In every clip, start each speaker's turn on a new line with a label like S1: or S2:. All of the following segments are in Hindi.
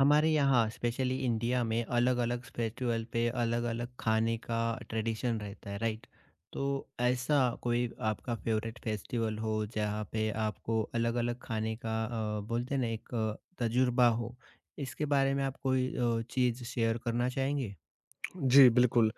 S1: हमारे यहाँ स्पेशली इंडिया में अलग अलग फेस्टिवल पे अलग अलग खाने का ट्रेडिशन रहता है, राइट। तो ऐसा कोई आपका फेवरेट फेस्टिवल हो जहाँ पे आपको अलग अलग खाने का, बोलते हैं ना, एक तजुर्बा हो, इसके बारे में आप कोई चीज़ शेयर करना चाहेंगे।
S2: जी, बिल्कुल।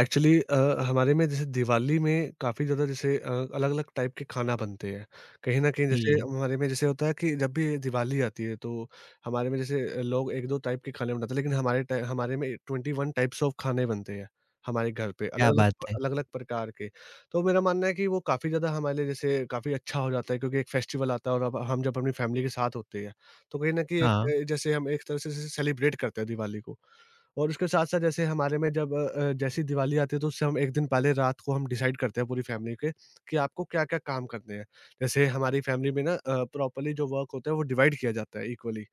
S2: एक्चुअली हमारे में जैसे दिवाली में काफ़ी ज़्यादा जैसे अलग-अलग टाइप के खाना बनते हैं। कहीं न कहीं जैसे
S1: जी।
S2: हमारे में जैसे होता है कि जब भी दिवाली आती है तो हमारे में जैसे लोग 1-2 टाइप के खाने बनाते हैं, लेकिन हमारे में 21 टाइप्स ऑफ खाने बनते हैं, हमारे घर पे
S1: क्या
S2: अलग-अलग
S1: बात है।
S2: अलग-अलग प्रकार के। तो मेरा मानना है कि वो काफ़ी ज़्यादा हमारे लिए जैसे काफ़ी अच्छा हो जाता है, क्योंकि एक फेस्टिवल आता है और अब हम जब अपनी फैमिली के साथ होते हैं, तो कहीं न कहीं
S1: हाँ।
S2: एक जैसे हम एक तरह से जैसे सेलिब्रेट करते हैं दिवाली को। और उसके साथ-साथ जैसे हमारे में जब जैसे ही दिवाली आती है तो उससे हम 1 दिन पहले रात को हम डिसाइड करते हैं पूरी फैमिली के कि आपको क्या-क्या काम करने हैं। जैसे हमारी फैमिली में ना प्रॉपर्ली जो वर्क होता है वो डिवाइड किया जाता है इक्वली,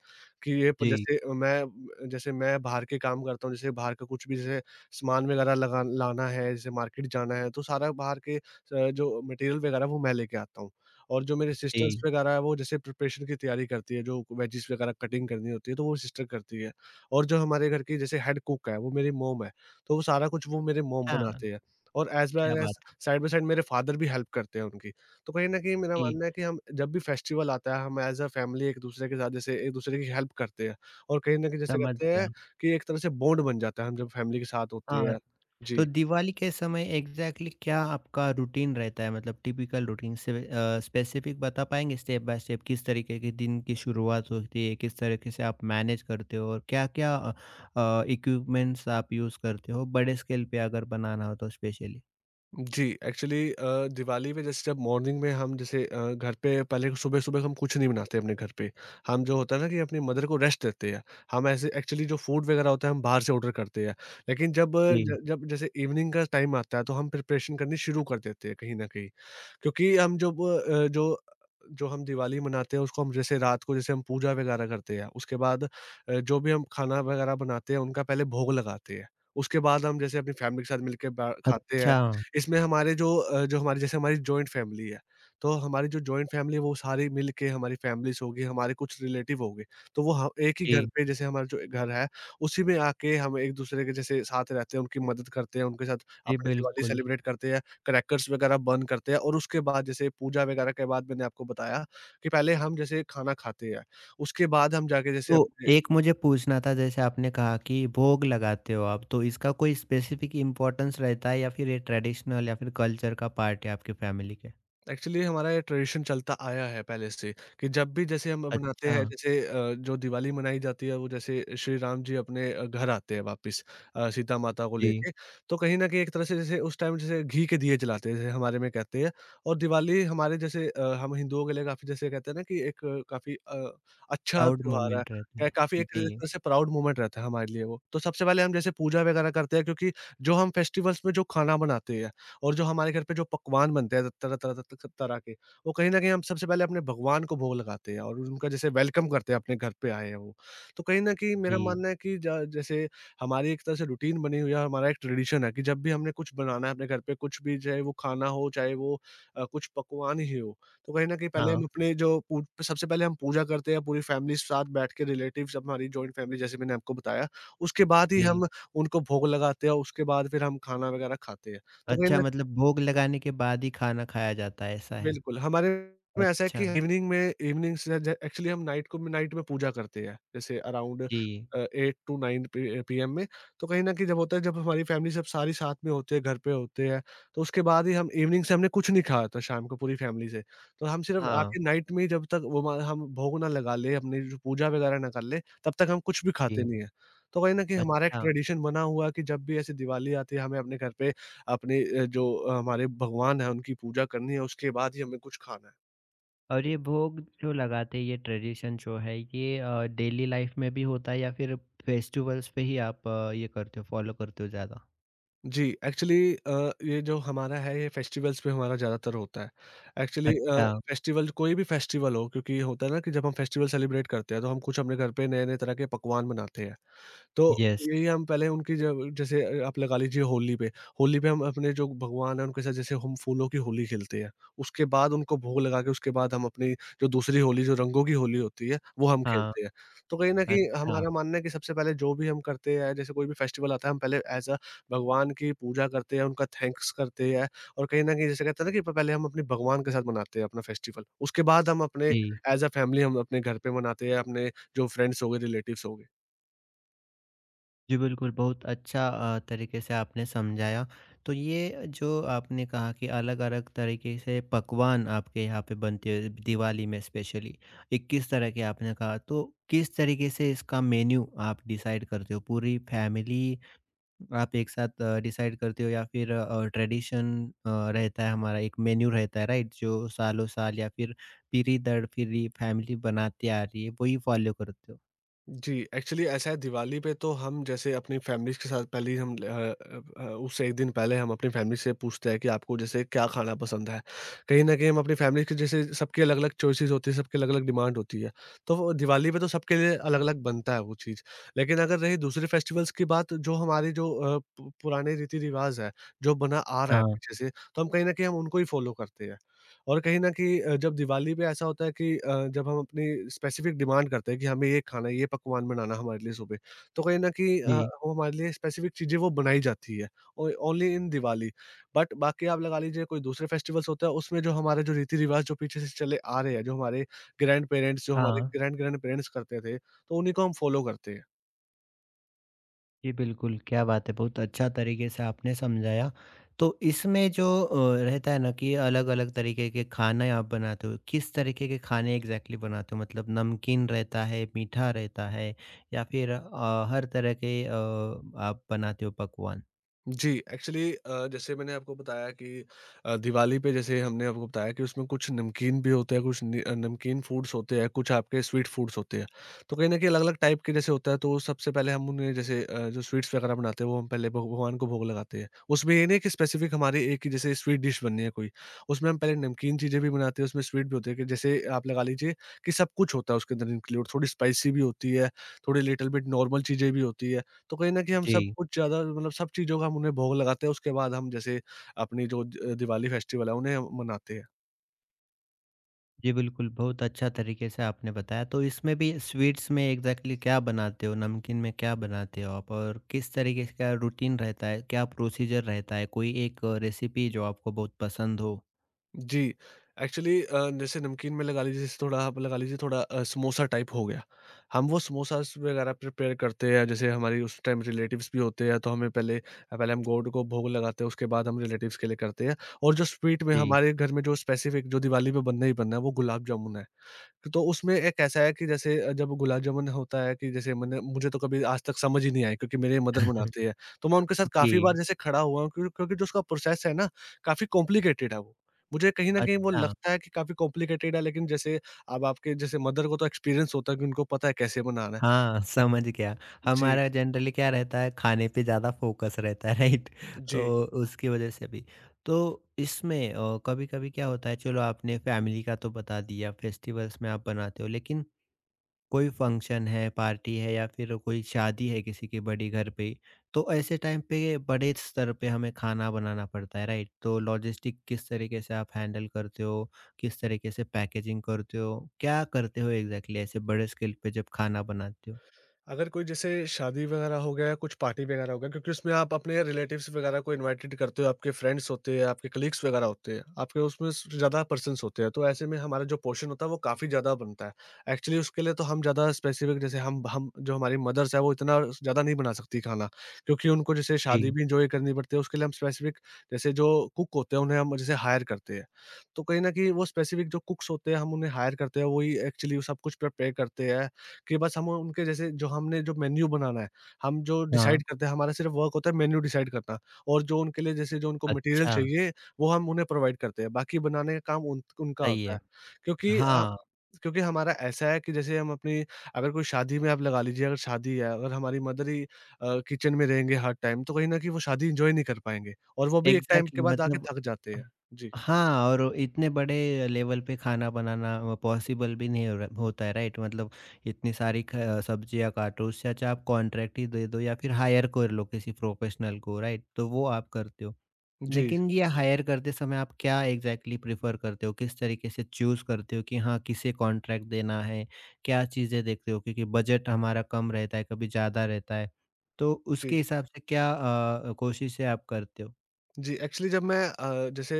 S2: कि ये प
S1: जी।
S2: जैसे मैं बाहर के काम करता हूँ, जैसे बाहर का कुछ भी जैसे सामान वगैरह लगा लाना है, जैसे मार्केट जाना है तो सारा बाहर के जो मटेरियल वगैरह वो मैं लेके आता हूँ। और जो मेरी सिस्टर्स
S1: जी।
S2: वगैरह है वो जैसे प्रिपरेशन की तैयारी करती है, जो वेजिस वगैरह कटिंग करनी होती है तो वो सिस्टर करती है। और जो हमारे घर की जैसे हेड कुक है, वो मेरी मॉम है, तो वो सारा कुछ वो मेरे मॉम
S1: हाँ।
S2: बनाते हैं, और एज़
S1: क्या
S2: वेल एज़
S1: बात है।
S2: साइड बाय साइड मेरे फादर भी हेल्प करते हैं उनकी। तो कहीं न कहीं मेरा
S1: जी।
S2: मानना है कि हम जब भी फेस्टिवल आता है, हम एज़ अ फैमिली एक-दूसरे के साथ जैसे एक-दूसरे की हेल्प करते हैं, और कहीं न कहीं जैसे
S1: समझ
S2: कहते हैं
S1: गया।
S2: कि एक तरह से बॉन्ड बन जाता है, हम जब फैमिली के साथ होते
S1: हाँ।
S2: हैं।
S1: तो
S2: जी।
S1: दिवाली के समय एग्जैक्टली exactly क्या आपका रूटीन रहता है, मतलब टिपिकल रूटीन से स्पेसिफिक बता पाएंगे स्टेप बाय स्टेप, किस तरीके के दिन की शुरुआत होती है, किस तरीके से आप मैनेज करते हो और क्या क्या इक्विपमेंट्स आप यूज़ करते हो बड़े स्केल पे अगर बनाना हो तो स्पेशली।
S2: जी, एक्चुअली दिवाली में जैसे जब मॉर्निंग में हम जैसे घर पे पहले सुबह-सुबह हम कुछ नहीं बनाते अपने घर पे। हम, जो होता है ना, कि अपनी मदर को रेस्ट देते हैं। हम ऐसे एक्चुअली जो फूड वगैरह होता है हम बाहर से ऑर्डर करते हैं। लेकिन जब अ,
S1: जी।
S2: ज जब जैसे इवनिंग का टाइम आता है तो हम प्रिपरेशन करनी शुरू कर देते हैं कहीं न कहीं। क्योंकि हम जब जो जो हम दिवाली मनाते हैं उसको हम जैसे रात को जैसे हम पूजा वगैरह करते हैं, उसके बाद जो भी हम खाना वगैरह बनाते हैं उनका पहले भोग लगाते हैं। उसके बाद हम जैसे अपनी फैमिली के साथ मिलके बा खाते हैं।
S1: अच्छा।
S2: इसमें हमारे जो हमारी जॉइंट फैमिली है, तो हमारी जो जॉइंट फैमिली है वो सारी मिल के हमारी फैमिलीज़ होगी, हमारे कुछ रिलेटिव हो गए, तो वो ह एक ही घर
S1: जी।
S2: पे, जैसे हमारा जो घर है, उसी में आके हम एक-दूसरे के जैसे साथ रहते हैं, उनकी मदद करते हैं, उनके साथ
S1: जी
S2: अपनी दिवाली
S1: बिल्कुल।
S2: सेलिब्रेट करते हैं। क्रैकर्स वगैरह बर्न करते हैं और उसके बाद जैसे पूजा वगैरह के बाद, मैंने आपको बताया कि पहले हम जैसे खाना खाते हैं, उसके बाद हम जाके जैसे
S1: तो
S2: अपने।
S1: एक मुझे पूछना था, जैसे आपने कहा कि भोग लगाते हो आप, तो इसका कोई स्पेसिफिक इम्पोर्टेंस रहता है या फिर ये ट्रेडिशनल या फिर कल्चर का पार्ट है आपके फैमिली के।
S2: एक्चुअली हमारा ये ट्रेडिशन चलता आया है पहले से, कि जब भी जैसे हम अपनाते
S1: अच्छा।
S2: हैं जैसे जो दिवाली मनाई जाती है, वो जैसे श्री राम जी अपने घर आते हैं वापस, सीता माता को
S1: जी,
S2: लेके। तो कहीं ना कहीं एक तरह से जैसे उस टाइम जैसे घी के दिए जलाते हैं, जैसे हमारे में कहते हैं। और दिवाली हमारे जैसे हम हिंदुओं के लिए काफी, जैसे कहते हैं ना, कि एक काफी अच्छा
S1: प्राउड
S2: त्योहार है।
S1: मोमेंट रहता है।
S2: काफी एक
S1: जी,
S2: तरह से प्राउड मोमेंट रहता है हमारे लिए वो, तो सबसे पहले हम जैसे पूजा वगैरह करते हैं, क्योंकि जो हम फेस्टिवल्स में जो खाना बनाते हैं और जो हमारे घर पे जो पकवान बनते हैं, तरह-तरह त त तरह के, वो कहीं न कहीं हम सबसे पहले अपने भगवान को भोग लगाते हैं और उनका जैसे वेलकम करते हैं, अपने घर पे आए हैं वो। तो कहीं न कहीं मेरा
S1: जी,
S2: मानना है कि ज जैसे हमारी एक तरह से रूटीन बनी हुई है, हमारा एक ट्रेडिशन है कि जब भी हमने कुछ बनाना है अपने घर पे, कुछ भी, चाहे वो खाना हो, चाहे वो कुछ पकवान ही हो, तो कहीं न कहीं पहले हम
S1: हाँ,
S2: अपने जो पू सबसे पहले हम पूजा करते हैं पूरी फैमिली साथ बैठ के, रिलेटिव्स, हमारी जॉइंट फैमिली, जैसे मैंने आपको बताया, उसके बाद ही
S1: जी।
S2: हम उनको भोग लगाते हैं और उसके बाद फिर हम खाना वगैरह खाते हैं। तो कहीं
S1: अच्छा,
S2: न
S1: मतलब भोग लगाने के बाद ही खाना खाया जाता है, ऐसा है?
S2: बिल्कुल, हमारे में ऐसा है कि
S1: अच्छा,
S2: इवनिंग से ज एक्चुअली हम नाइट में पूजा करते हैं, जैसे अराउंड
S1: जी,
S2: 8 टू 9 पी पीएम में। तो कहीं न कहीं, जब होता है जब हमारी फैमिली सब सारी साथ में होते हैं, घर पे होते हैं, तो उसके बाद ही हम, इवनिंग से हमने कुछ नहीं खाया था शाम को पूरी फैमिली से। तो हम सिर्फ़
S1: हाँ,
S2: आके नाइट में ही, जब तक वो म हम भोग ना लगा लें, अपनी जो पूजा वगैरह ना कर लें, तब तक हम कुछ भी खाते
S1: जी,
S2: नहीं हैं। तो कहीं न कहीं हमारा एक
S1: अच्छा।
S2: ट्रेडिशन बना हुआ है कि जब भी ऐसे दिवाली आती है, हमें अपने घर पे अपने जो हमारे भगवान हैं उनकी पूजा करनी है, उसके बाद ही हमें कुछ खाना है।
S1: और ये भोग जो लगाते हैं, ये ट्रेडिशन जो है, ये डेली लाइफ में भी होता है या फिर फेस्टिवल्स पे ही आप ये करते हो, फॉलो करते हो ज़्यादा?
S2: जी, एक्चुअली ये जो हमारा है, ये फेस्टिवल्स पे हमारा ज़्यादातर होता है। एक्चुअली
S1: अच्छा,
S2: फेस्टिवल, कोई भी फेस्टिवल हो, क्योंकि होता है ना कि जब हम फेस्टिवल सेलिब्रेट करते हैं तो हम कुछ अपने घर पे नए-नए तरह के पकवान बनाते हैं। तो
S1: यस,
S2: यही हम पहले उनकी, जब जैसे आप लगा लीजिए होली पे, हम अपने जो भगवान हैं उनके साथ जैसे हम फूलों की होली खेलते हैं, उसके बाद उनको भोग लगा के, उसके बाद हम अपनी जो दूसरी होली, जो रंगों की होली होती है, वो हम
S1: हाँ,
S2: खेलते हैं। तो कहीं न कहीं
S1: अच्छा,
S2: हमारा मानना है कि सबसे पहले, जो भी हम करते हैं, जैसे कोई भी फेस्टिवल आता है, हम पहले एज़ अ भगवान की पूजा करते हैं, उनका थैंक्स करते हैं, और कहीं न कहीं जैसे कहते हैं ना कि प पहले हम अपने भगवान के साथ मनाते हैं अपना फेस्टिवल, उसके बाद हम अपने
S1: जी।
S2: एज़ अ फैमिली हम अपने घर पे मनाते हैं, अपने जो फ्रेंड्स हो गए, रिलेटिव्स हो गए।
S1: जी बिल्कुल, बहुत अच्छा तरीके से आपने समझाया। तो ये जो आपने कहा कि अलग-अलग तरीके से पकवान आपके यहाँ पे बनते हैं दिवाली में स्पेशली, 21 तरह के आपने कहा, तो किस तरीके से इसका मेन्यू आप डिसाइड करते हो? पूरी फैमिली आप एक साथ डिसाइड करते हो या फिर ट्रेडिशन अ, रहता है, हमारा एक मेन्यू रहता है, राइट? जो सालों-साल या फिर पीढ़ी दर पीढ़ी फैमिली बनाती आ रही है, वही फॉलो करते हो?
S2: जी, एक्चुअली ऐसा है, दिवाली पे तो हम जैसे अपनी फैमिलीज़ के साथ पहले ही हम ल अ अ अ, उससे 1 दिन पहले हम अपनी फैमिली से पूछते हैं कि आपको जैसे क्या खाना पसंद है। कहीं न कहीं हम अपनी फैमिली के जैसे सबकी अलग-अलग चॉइसेस होती है, सबकी अलग-अलग डिमांड होती है। तो वो दिवाली पे तो सबके लिए अलग-अलग बनता है वो चीज़। लेकिन अगर रही दूसरे फेस्टिवल्स की बात, जो हमारे जो अ, पु पुराने रीति-रिवाज़ है, जो बना आ रहा है
S1: हाँ।
S2: पीछे से, तो हम कहीं न कहीं हम उनको ही फ़ॉलो करते हैं। और कहीं न कहीं जब दिवाली पे ऐसा होता है कि जब हम अपनी स्पेसिफिक डिमांड करते हैं कि हमें ये खाना है, ये पकवान बनाना हमारे लिए सुबह, तो कहीं न कहीं
S1: जी,
S2: वो हमारे लिए स्पेसिफिक चीज़ें वो बनाई जाती है ओ ओनली इन दिवाली। बट बाकी, आप लगा लीजिए कोई दूसरे फेस्टिवल्स होता है, उसमें जो हमारे, जो रीति-रिवाज़ जो पीछे से चले आ रहे हैं, जो हमारे ग्रैंड-पेरेंट्स, जो हमारे
S1: हाँ।
S2: ग्रैंड-ग्रैंड-पेरेंट्स करते थे, तो उन्हीं को हम फ़ॉलो करते हैं।
S1: जी, बिल्कुल, क्या बात है, बहुत अच्छा तरीके से आपने समझाया। तो इसमें जो रहता है ना कि अलग-अलग तरीके के खाने आप बनाते हो, किस तरीके के खाने एग्ज़ैक्टली बनाते हो? मतलब नमकीन रहता है, मीठा रहता है या फिर हर तरह के आप बनाते हो पकवान?
S2: जी, एक्चुअली जैसे मैंने आपको बताया कि दिवाली पे, जैसे हमने आपको बताया, कि उसमें कुछ नमकीन भी होते हैं, कुछ नमकीन फूड्स होते हैं, कुछ आपके स्वीट फूड्स होते हैं। तो कहीं न कहीं अलग-अलग टाइप के जैसे होता है, तो सबसे पहले हम उन्हें जैसे जो स्वीट्स वगैरह बनाते हैं, वो हम पहले भग भगवान को भोग लगाते हैं। उसमें ये नहीं कि स्पेसिफिक हमारी एक ही जैसे स्वीट डिश बननी है कोई, उसमें हम पहले नमकीन चीज़ें भी बनाते हैं, उसमें स्वीट भी होते हैं, कि जैसे आप लगा लीजिए कि सब कुछ होता है उसके अंदर इंक्लूड, थोड़ी स्पाइसी भी होती है, थोड़ी लिटिल बिट नॉर्मल चीज़ें भी होती है। तो कहीं न कहीं हम सब
S1: जी।
S2: कुछ ज़्यादा, मतलब सब चीज़ों का हम उन्हें भोग लगाते हैं, उसके बाद हम जैसे अपनी जो द दिवाली फेस्टिवल है, उन्हें हम मनाते हैं।
S1: जी, बिल्कुल, बहुत अच्छा तरीके से आपने बताया। तो इसमें भी स्वीट्स में एग्ज़ैक्टली क्या बनाते हो? नमकीन में क्या बनाते हो आप? और किस तरीके का रूटीन रहता है? क्या प्रोसीजर रहता है? कोई एक रेसिपी जो आपको बहुत पसंद हो?
S2: जी, एक्चुअली जैसे नमकीन में लगा लीजिए, जैसे थोड़ा, आप लगा लीजिए, थोड़ा समोसा टाइप हो गया। हम वो समोसास वगैरह प्रिपेयर करते हैं, जैसे हमारी उस टाइम रिलेटिव्स भी होते हैं, तो हमें पहले पहले हम गॉड को भोग लगाते हैं, उसके बाद हम रिलेटिव्स के लिए करते हैं, और जो स्वीट में
S1: जी।
S2: हमारे घर में जो स्पेसिफ़िक जो दिवाली पे बनना ही बनना है, वो गुलाब जामुन है। तो उसमें एक ऐसा है कि जैसे जब गुलाब जामुन होता है कि जैसे मैंने मुझे तो कभी आज तक समझ ही नहीं आई क्योंकि मेरे मदर बनाती है। तो मैं उनके साथ काफ़ी बार
S1: जी,
S2: जैसे खड़ा हुआ हूँ क्योंकि जो उसका प्रोसेस है ना, काफ़ी कॉम्प्लिकेटेड है वो। मुझे कहीं न कहीं वो
S1: अच्छा।
S2: लगता है कि काफ़ी कॉम्प्लिकेटेड है, लेकिन जैसे अब आपके जैसे मदर को तो एक्सपीरियंस होता है कि उनको पता है कैसे बनाना है।
S1: हाँ, समझ गया।
S2: जी,
S1: हमारा जनरली क्या रहता है, खाने पे ज़्यादा फ़ोकस रहता है, राइट?
S2: जी।
S1: तो उसकी वज़ह से भी। तो इसमें कभी-कभी क्या होता है, चलो आपने फैमिली का तो बता दिया, फेस्टिवल्स में आप बनाते हो, लेकिन कोई फंक्शन है, पार्टी है या फिर कोई शादी है किसी की बड़ी घर पे, तो ऐसे टाइम पे बड़े स्तर पे हमें खाना बनाना पड़ता है, राइट? तो लॉजिस्टिक किस तरीके से आप हैंडल करते हो? किस तरीके से पैकेजिंग करते हो? क्या करते हो एग्ज़ैक्टली ऐसे बड़े स्केल पे जब खाना बनाते हो?
S2: अगर कोई जैसे शादी वगैरह हो गया, कुछ पार्टी वगैरह हो गया, क्योंकि उसमें आप अपने रिलेटिव्स वगैरह को इनवाइटेड करते हो, आपके फ्रेंड्स होते हैं, आपके कलीग्स वगैरह होते हैं, आपके उसमें स ज़्यादा पर्सन्स होते हैं, तो ऐसे में हमारा जो पोर्शन होता है वो काफ़ी ज़्यादा बनता है। एक्चुअली उसके लिए तो हम ज़्यादा स्पेसिफ़िक, जैसे हम जो हमारी मदर्स हैं वो इतना ज़्यादा नहीं बना सकती खाना, क्योंकि उनको जैसे शादी
S1: जी,
S2: भी एन्जॉय करनी पड़ती है, उसके लिए हम स्पेसिफ़िक जैसे जो कुक होते हैं उन्हें हम जैसे हायर करते हैं। तो कहीं न कहीं वो स्पेसिफ़िक जो कुक्स होते हैं हम उन्हें हायर करते हैं, वही एक्चुअली वो सब कुछ प्रिपेयर करते हैं, कि बस हम उनके जैसे जो हमने जो मेन्यू बनाना है, हम जो
S1: हाँ,
S2: डिसाइड करते हैं, हमारा सिर्फ़ वर्क होता है मेन्यू डिसाइड करना, और जो उनके लिए जैसे जो उनको मटेरियल
S1: अच्छा,
S2: चाहिए, वो हम उन्हें प्रोवाइड करते हैं, बाकी बनाने का काम उन उनका
S1: सही
S2: होता
S1: है।
S2: है। क्योंकि अ,
S1: हाँ,
S2: क्योंकि हमारा ऐसा है कि जैसे हम अपनी, अगर कोई शादी में आप लगा लीजिए, अगर शादी है, अगर हमारी मदर ही किचन में रहेंगे हर टाइम, तो कहीं न कहीं वो शादी एन्जॉय नहीं कर पाएँगे और वो भी एक टाइम
S1: एग्ज़ैक्टली
S2: के बाद आके
S1: मतलब
S2: थक जाते हैं। जी।
S1: हाँ, और इतने बड़े लेवल पे खाना बनाना पॉसिबल भी नहीं हो र होता है, राइट? मतलब इतनी सारी ख सब्जियाँ काटो, उससे अच्छा आप कॉन्ट्रैक्ट ही दे दो या फिर हायर कर लो किसी प्रोफेशनल को, राइट? तो वो आप करते हो।
S2: जी,
S1: लेकिन ये हायर करते समय आप क्या एग्ज़ैक्टली प्रेफ़र करते हो? किस तरीके से चूज़ करते हो कि हाँ, किसे कॉन्ट्रैक्ट देना है? क्या चीज़ें देखते हो? क्योंकि बजट हमारा कम रहता है, कभी ज़्यादा रहता है। तो उसके
S2: जी।
S1: हिसाब से क्या कोशिशें आप करते हो?
S2: जी, एक्चुअली जब मैं जैसे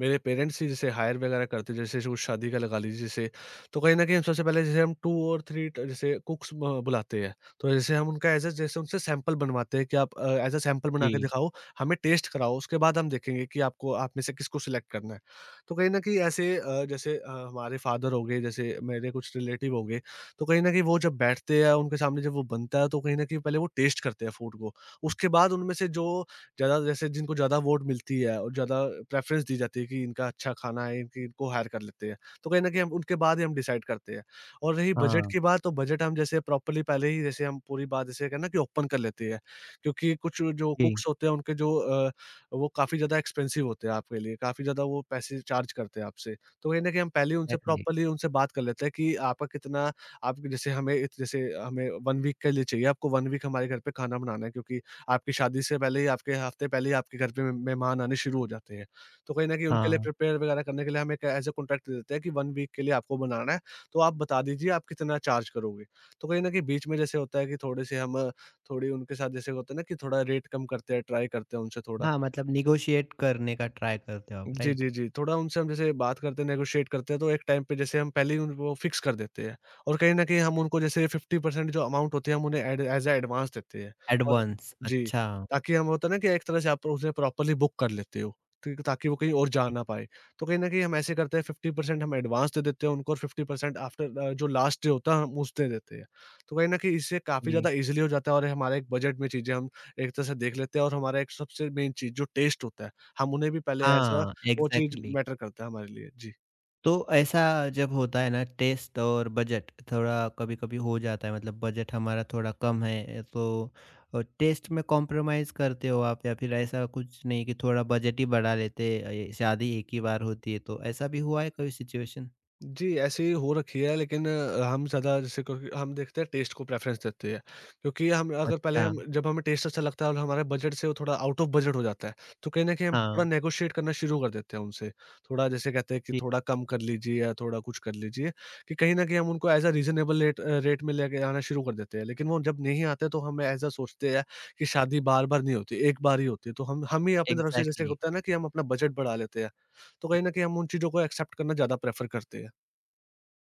S2: मेरे पेरेंट्स ही जैसे हायर वगैरह करते, जैसे कुछ शादी का लगा लीजिए जैसे, तो कहीं न कहीं हम सबसे पहले जैसे हम 2 और 3 ट जैसे कुक्स ब बुलाते हैं। तो जैसे हम उनका एज़ अ, जैसे उनसे सैंपल बनवाते हैं कि आप एज़ अ सैंपल बना के
S1: जी।
S2: दिखाओ, हमें टेस्ट कराओ, उसके बाद हम देखेंगे कि आपको आप में से किसको सिलेक्ट करना है। तो कहीं न कहीं ऐसे जैसे हमारे फादर हो गए, जैसे मेरे कुछ रिलेटिव हो गए, तो कहीं न कहीं वो जब बैठते हैं, उनके सामने जब वो बनता है, तो कहीं न कहीं पहले वो टेस्ट करते हैं फूड को। उसके बाद उनमें से जो ज़्यादा, जैसे जिनको ज़्यादा वोट मिलती है और ज़्यादा प्रेफ़रेंस दी जाती है कि इनका अच्छा खाना है, इनकी इनको हायर कर लेते हैं। तो कहीं न कहीं हम उनके बाद ही हम डिसाइड करते हैं। और रही बजट
S1: हाँ,
S2: की बात, तो बजट हम जैसे प्रॉपर्ली पहले ही जैसे हम पूरी बात जैसे कहते हैं ना, कि ओपन कर लेते हैं। क्योंकि कुछ जो
S1: जी,
S2: कुक्स होते हैं उनके जो वो काफ़ी ज़्यादा एक्सपेंसिव होते हैं आपके लिए, काफ़ी ज़्यादा वो पैसे चार्ज करते हैं आपसे। तो कहीं न कहीं हम पहले ही उनसे
S1: एग्ज़ैक्टली।
S2: प्रॉपर्ली उनसे बात कर लेते हैं कि आपका कितना, आप जैसे हमें इत जैसे हमें 1 वीक के लिए चाहिए, आपको 1 वीक हमारे घर पे खाना बनाना है, क्योंकि आपकी शादी से पहले ही, आपके हफ्ते पहले ही आपके घर पे मे मेहमान आने शुरू हो जाते हैं। तो कहीं न कहीं उनके लिए
S1: हाँ,
S2: प्रिपेयर वगैरह करने के लिए हम एक ऐज़ अ कॉन्ट्रैक्ट दे देते हैं कि 1 वीक के लिए आपको बनाना है, तो आप बता दीजिए आप कितना चार्ज करोगे। तो कहीं न कहीं बीच में जैसे होता है कि थोड़े-से हम थोड़ी उनके साथ जैसे होता है ना, कि थोड़ा रेट कम करते हैं, ट्राई करते हैं उनसे थोड़ा।
S1: हाँ, मतलब नेगोशिएट करने का ट्राई करते हो आप,
S2: जी,
S1: राइट?
S2: जी, जी। थोड़ा उनसे हम जैसे बात करते हैं, नेगोशिएट करते हैं, तो एक टाइम पे जैसे हम पहले ही उनको फिक्स कर देते हैं, और कहीं न कहीं हम उनको जैसे 50% जो अमाउंट होती है, हम उन्हें एड एज़ अ एडवांस देते हैं, और
S1: एडवांस,
S2: जी,
S1: अच्छा,
S2: ताकि हम, होता है ना कि एक तरह से आप उसे प्रॉपर्ली बुक कर लेते हो, ठीक, ताकि वो कहीं और जा ना पाए। तो कहीं न कहीं हम ऐसे करते हैं, 50% हम एडवांस दे देते हैं उनको, और 50% आफ्टर जो लास्ट डे होता है, हम उस दे देते हैं। तो कहीं न कहीं इससे काफ़ी
S1: जी,
S2: ज़्यादा ईज़िली हो जाता है, और हमारा एक बजट में चीज़ें हम एक तरह से देख लेते हैं, और हमारा एक सबसे मेन चीज़ जो टेस्ट होता है, हम उन्हें भी पहले एज़ अ,
S1: हाँ,
S2: वो चीज़
S1: एग्ज़ैक्टली।
S2: मैटर करता है हमारे लिए। जी।
S1: तो ऐसा जब होता है ना, टेस्ट और बजट थोड़ा कभी-कभी हो जाता है, मतलब बजट हमारा थोड़ा कम है तो टेस्ट में कॉम्प्रोमाइज़ करते हो आप या फिर ऐसा कुछ नहीं कि थोड़ा बजट ही बढ़ा लेते, ये शादी एक ही बार होती है, तो ऐसा भी हुआ है कोई सिचुएशन?
S2: जी, ऐसे ही हो रखी है, लेकिन हम ज़्यादा जैसे, क्योंकि हम देखते हैं, टेस्ट को प्रेफ़रेंस देते हैं। क्योंकि हम अगर पहले,
S1: अच्छा,
S2: हम जब हमें टेस्ट अच्छा लगता है और हमारे बजट से वो थोड़ा आउट ऑफ बजट हो जाता है, तो कहीं न कहीं हम
S1: हाँ,
S2: थोड़ा नेगोशिएट करना शुरू कर देते हैं उनसे। थोड़ा जैसे कहते हैं कि
S1: ठीक,
S2: थोड़ा कम कर लीजिए या थोड़ा कुछ कर लीजिए, कि कहीं न कहीं हम उनको एज़ अ रीज़नेबल रेट में लेके आना शुरू कर देते हैं। लेकिन वो जब नहीं आते तो हम एज़ अ सोचते हैं कि शादी बार-बार नहीं होती, एक बार ही होती है। तो हम ही अपनी तरफ से, जैसे
S1: एग्ज़ैक्टली।
S2: होता है ना, कि हम अपना बजट बढ़ा लेते हैं। तो कहीं न कहीं हम उन चीज़ों को एक्सेप्ट करना ज़्यादा प्रेफ़र करते हैं।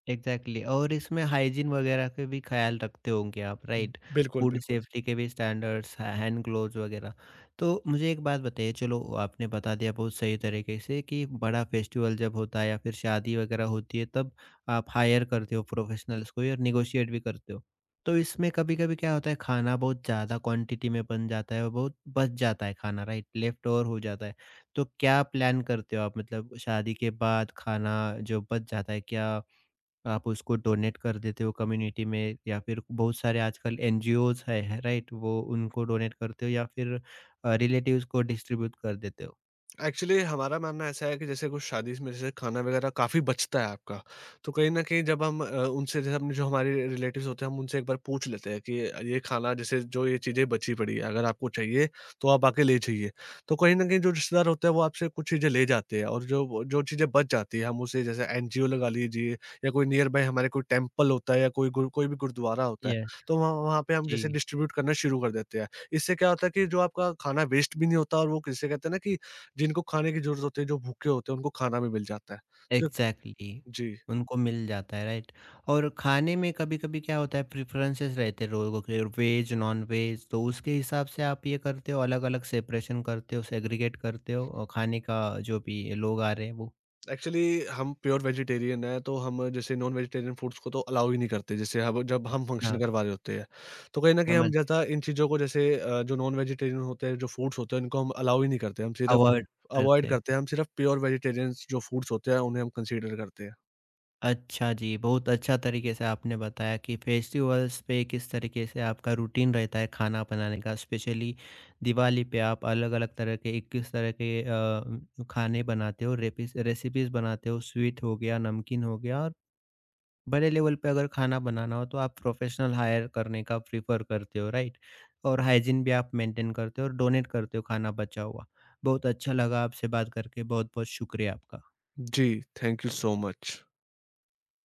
S1: Exactly exactly. और इसमें हाइजीन वगैरह के भी ख्याल रखते होंगे आप, राइट।
S2: बिल्कुल,
S1: फूड
S2: बिल्कुल।
S1: सेफ्टी के भी स्टैंडर्ड्स, हैंड ग्लोव्स वगैरह। तो मुझे एक बात बताइए, चलो आपने बता दिया बहुत सही तरीके से कि बड़ा फेस्टिवल जब होता है या फिर शादी वगैरह होती है तब आप हायर करते हो प्रोफेशनल्स को और निगोशिएट भी करते हो। तो इसमें कभी कभी क्या होता है, खाना बहुत ज़्यादा क्वांटिटी में बन जाता है और बहुत बच जाता है खाना, राइट, लेफ्ट ओवर हो जाता है। तो क्या प्लान करते हो आप, मतलब शादी के बाद खाना जो बच जाता है, क्या आप उसको डोनेट कर देते हो कम्युनिटी में या फिर बहुत सारे आजकल एनजीओज है राइट? वो उनको डोनेट करते हो या फिर रिलेटिव्स को डिस्ट्रीब्यूट कर देते हो।
S2: एक्चुअली हमारा मानना ऐसा है कि जैसे कुछ शादी में जैसे खाना वगैरह काफ़ी बचता है आपका, तो कहीं न कहीं जब हम उनसे जैसे अपने जो हमारे रिलेटिव्स होते हैं, हम उनसे एक बार पूछ लेते हैं कि ये खाना जैसे, जो ये चीज़ें बची पड़ी है, अगर आपको चाहिए तो आप आके ले जाइए। तो कहीं न कहीं जो रिश्तेदार होते हैं वो आपसे कुछ चीज़ें ले जाते हैं, और जो जो चीज़ें बच जाती है, हम उसे जैसे एनजीओ लगा लीजिए, या कोई नियर बाय हमारे कोई टेम्पल होता है, या कोई गुर कोई भी गुरुद्वारा होता है,
S1: यस,
S2: तो वहाँ वहाँ पे हम जैसे
S1: जी,
S2: डिस्ट्रीब्यूट करना शुरू कर देते हैं। इससे क्या होता है कि जो आपका खाना वेस्ट भी नहीं होता, और वो किसे कहते हैं ना कि जिनको खाने की ज़रूरत होती है, जो भूखे होते हैं, उनको खाना भी मिल जाता है। क्योंकि
S1: एग्ज़ैक्टली।
S2: जी,
S1: उनको मिल जाता है, राइट? और खाने में कभी-कभी क्या होता है, प्रेफ़रेंसेस रहते हैं लोगों के, वेज, नॉन-वेज, तो उसके हिसाब से आप ये करते हो, अलग-अलग सेपरेशन करते हो, सेग्रीगेट करते हो खाने का जो भी लोग आ रहे हैं वो?
S2: एक्चुअली हम प्योर वेजिटेरियन हैं, तो हम जैसे नॉन वेजिटेरियन फूड्स को तो अलाउ ही नहीं करते, जैसे अब जब हम फंक्शन
S1: अच्छा,
S2: करवा रहे होते हैं। तो कहीं न कहीं
S1: समझ
S2: हम
S1: गया।
S2: ज़्यादा इन चीज़ों को जैसे जो नॉन वेजिटेरियन होते हैं, जो फूड्स होते हैं, उनको हम अलाउ ही नहीं करते, हम सिर्फ़
S1: अवॉइड
S2: अवॉइड
S1: करते हैं।
S2: करते हैं, हम सिर्फ़ प्योर वेजिटेरियंस जो फूड्स होते हैं, उन्हें हम कंसीडर करते हैं।
S1: अच्छा जी, बहुत अच्छा तरीके से आपने बताया कि फेस्टिवल्स पे किस तरीके से आपका रूटीन रहता है खाना बनाने का। स्पेशली दिवाली पे आप अलग-अलग तरह के 21 तरह के खाने बनाते हो, रेपिस रेसिपीज़ बनाते हो, स्वीट हो गया, नमकीन हो गया और बड़े लेवल पे अगर खाना बनाना हो तो आप प्रोफेशनल हायर करने का प्रेफ़र करते हो, राइट? और हाइजीन भी आप मेंटेन करते हो और डोनेट करते हो खाना बचा हुआ। बहुत अच्छा लगा आपसे बात करके, बहुत-बहुत शुक्रिया आपका।
S2: जी, थैंक यू सो मच।